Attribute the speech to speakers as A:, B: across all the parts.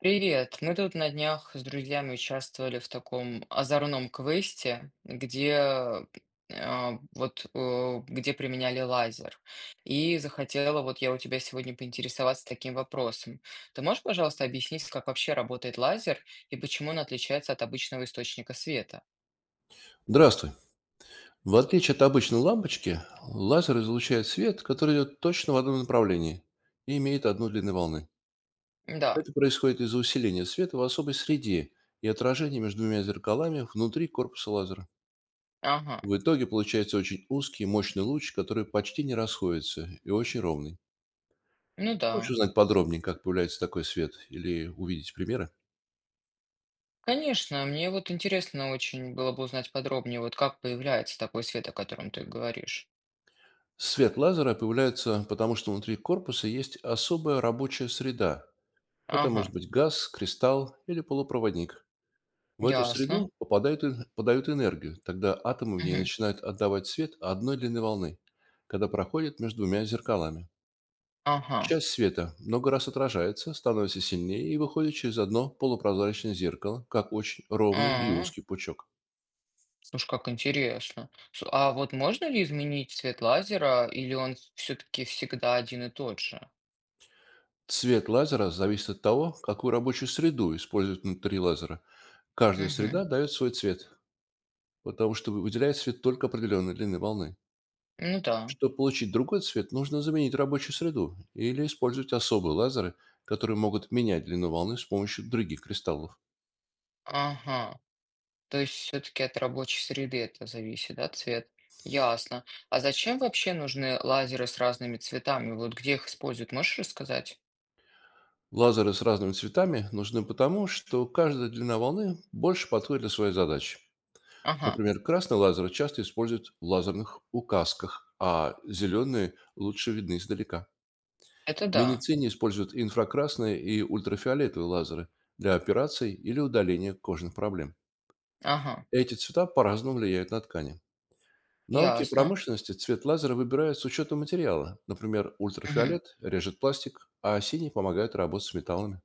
A: Привет! Мы тут на днях с друзьями участвовали в таком озорном квесте, где где применяли лазер. И захотела вот я у тебя сегодня поинтересоваться таким вопросом. Ты можешь, пожалуйста, объяснить, как вообще работает лазер и почему он отличается от обычного источника света?
B: Здравствуй. В отличие от обычной лампочки, лазер излучает свет, который идет точно в одном направлении и имеет одну длину волны.
A: Да.
B: Это происходит из-за усиления света в особой среде и отражения между двумя зеркалами внутри корпуса лазера.
A: Ага.
B: В итоге получается очень узкий и мощный луч, который почти не расходится и очень ровный.
A: Ну
B: Хочешь
A: да.
B: узнать подробнее, как появляется такой свет, или увидеть примеры?
A: Конечно, мне вот интересно очень было бы узнать подробнее, вот как появляется такой свет, о котором ты говоришь.
B: Свет лазера появляется потому, что внутри корпуса есть особая рабочая среда. Это может
A: Ага.
B: быть газ, кристалл или полупроводник. В эту
A: Ясно.
B: среду попадают, подают энергию, тогда атомы в ней
A: Мгм.
B: начинают отдавать свет одной длины волны, когда проходит между двумя зеркалами.
A: Ага.
B: Часть света много раз отражается, становится сильнее и выходит через одно полупрозрачное зеркало, как очень ровный и
A: А.
B: узкий пучок.
A: Слушай, как интересно. А вот можно ли изменить цвет лазера, или он все-таки всегда один и тот же?
B: Цвет лазера зависит от того, какую рабочую среду используют внутри лазера. Каждая
A: Угу.
B: среда дает свой цвет, потому что выделяет свет только определенной длины волны.
A: Ну да.
B: Чтобы получить другой цвет, нужно заменить рабочую среду или использовать особые лазеры, которые могут менять длину волны с помощью других кристаллов.
A: Ага. То есть все-таки от рабочей среды это зависит, да, цвет? Ясно. А зачем вообще нужны лазеры с разными цветами? Вот где их используют, можешь рассказать?
B: Лазеры с разными цветами нужны потому, что каждая длина волны больше подходит для своей задачи.
A: Ага.
B: Например, красный лазер часто используют в лазерных указках, а зеленые лучше видны издалека.
A: Это
B: В
A: да.
B: медицине используют инфракрасные и ультрафиолетовые лазеры для операций или удаления кожных проблем.
A: Ага.
B: Эти цвета по-разному влияют на ткани. В науке
A: Ясно.
B: промышленности цвет лазера выбирают с учетом материала. Например,
A: Мгм.
B: ультрафиолет режет пластик, а синий помогает работать с металлами.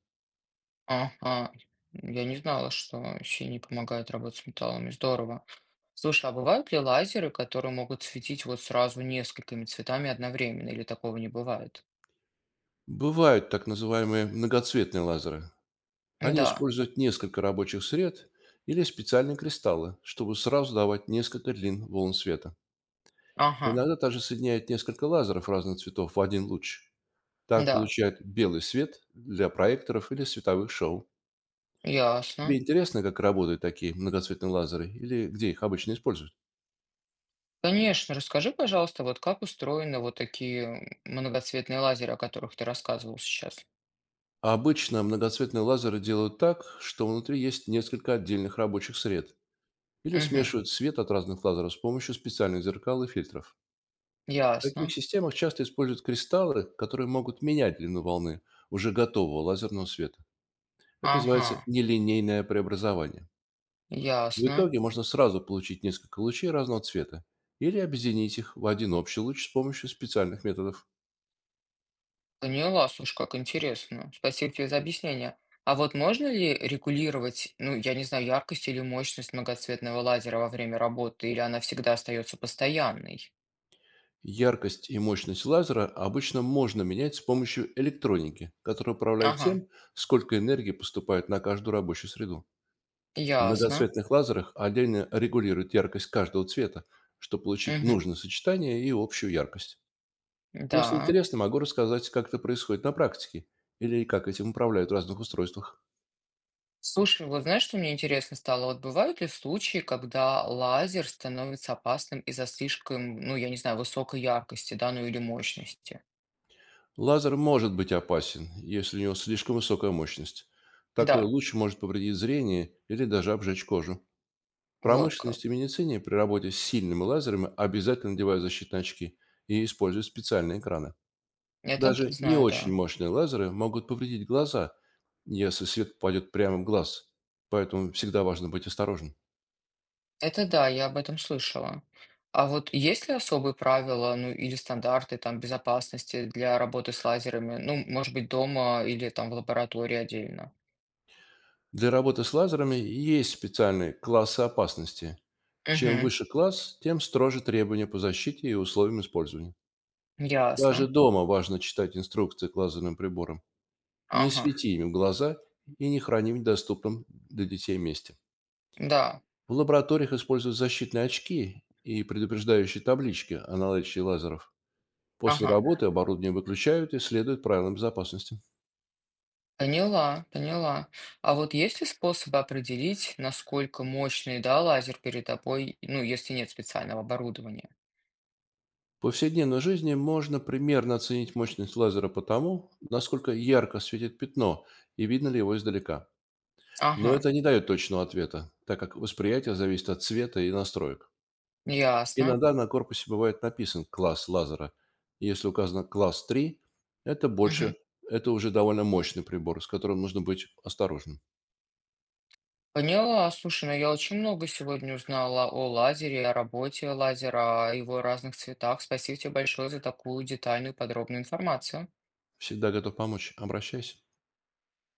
A: Ага, я не знала, что синий помогает работать с металлами. Здорово. Слушай, а бывают ли лазеры, которые могут светить вот сразу несколькими цветами одновременно, или такого не бывает?
B: Бывают так называемые многоцветные лазеры. Они
A: Да,
B: используют несколько рабочих сред или специальные кристаллы, чтобы сразу давать несколько длин волн света.
A: ага,
B: Иногда также соединяют несколько лазеров разных цветов в один луч. Так
A: да,
B: получают белый свет для проекторов или световых шоу.
A: ясно.
B: Тебе интересно, как работают такие многоцветные лазеры или где их обычно используют?
A: Конечно, расскажи, пожалуйста, вот как устроены вот такие многоцветные лазеры, о которых ты рассказывал сейчас.
B: Обычно многоцветные лазеры делают так, что внутри есть несколько отдельных рабочих сред или
A: Угу,
B: смешивают свет от разных лазеров с помощью специальных зеркал и фильтров. В таких
A: ясно,
B: системах часто используют кристаллы, которые могут менять длину волны уже готового лазерного света. Это
A: ага,
B: называется нелинейное преобразование. В
A: ясно.
B: итоге можно сразу получить несколько лучей разного цвета или объединить их в один общий луч с помощью специальных методов.
A: Поняла, слушай, как интересно. Спасибо тебе за объяснение. А вот можно ли регулировать, ну, я не знаю, яркость или мощность многоцветного лазера во время работы, или она всегда остается постоянной?
B: Яркость и мощность лазера обычно можно менять с помощью электроники, которая управляет
A: Ага,
B: тем, сколько энергии поступает на каждую рабочую среду. В
A: ясно.
B: многоцветных лазерах отдельно регулируют яркость каждого цвета, чтобы получить
A: Мгм.
B: нужное сочетание и общую яркость. Если
A: Да.
B: интересно, могу рассказать, как это происходит на практике или как этим управляют в разных устройствах.
A: Слушай, вот знаешь, что мне интересно стало? Вот бывают ли случаи, когда лазер становится опасным из-за слишком, ну, я не знаю, высокой яркости, да, ну или мощности?
B: Лазер может быть опасен, если у него слишком высокая мощность. Такой
A: Да,
B: луч может повредить зрение или даже обжечь кожу.
A: вот как.
B: Промышленности и медицине при работе с сильными лазерами обязательно надевают защитные очки и используют специальные экраны.
A: Это
B: Даже не
A: знаю, да.
B: очень мощные лазеры могут повредить глаза, если свет попадет прямо в глаз, поэтому всегда важно быть осторожным.
A: Это да, я об этом слышала. А вот есть ли особые правила, ну или стандарты там безопасности для работы с лазерами? Ну, может быть, дома или там в лаборатории отдельно?
B: Для работы с лазерами есть специальные классы опасности. Чем
A: Угу,
B: выше класс, тем строже требования по защите и условиям использования. Даже
A: ясно.
B: дома важно читать инструкции к лазерным приборам. Не
A: Ага,
B: свети им в глаза и не храни в недоступном для детей месте.
A: да,
B: В лабораториях используют защитные очки и предупреждающие таблички о наличии лазеров. После
A: ага.
B: работы оборудование выключают и следуют правилам безопасности.
A: Поняла, поняла. А вот есть ли способы определить, насколько мощный, да, лазер перед тобой, ну, если нет специального оборудования?
B: В повседневной жизни можно примерно оценить мощность лазера по тому, насколько ярко светит пятно и видно ли его издалека.
A: Ага,
B: Но это не дает точного ответа, так как восприятие зависит от цвета и настроек.
A: ясно.
B: Иногда на корпусе бывает написан класс лазера. Если указано класс 3, это больше,
A: Мгм.
B: это уже довольно мощный прибор, с которым нужно быть осторожным.
A: Поняла. Слушай, ну я очень много сегодня узнала о лазере, о работе лазера, о его разных цветах. Спасибо тебе большое за такую детальную и подробную информацию.
B: Всегда готов помочь. Обращайся.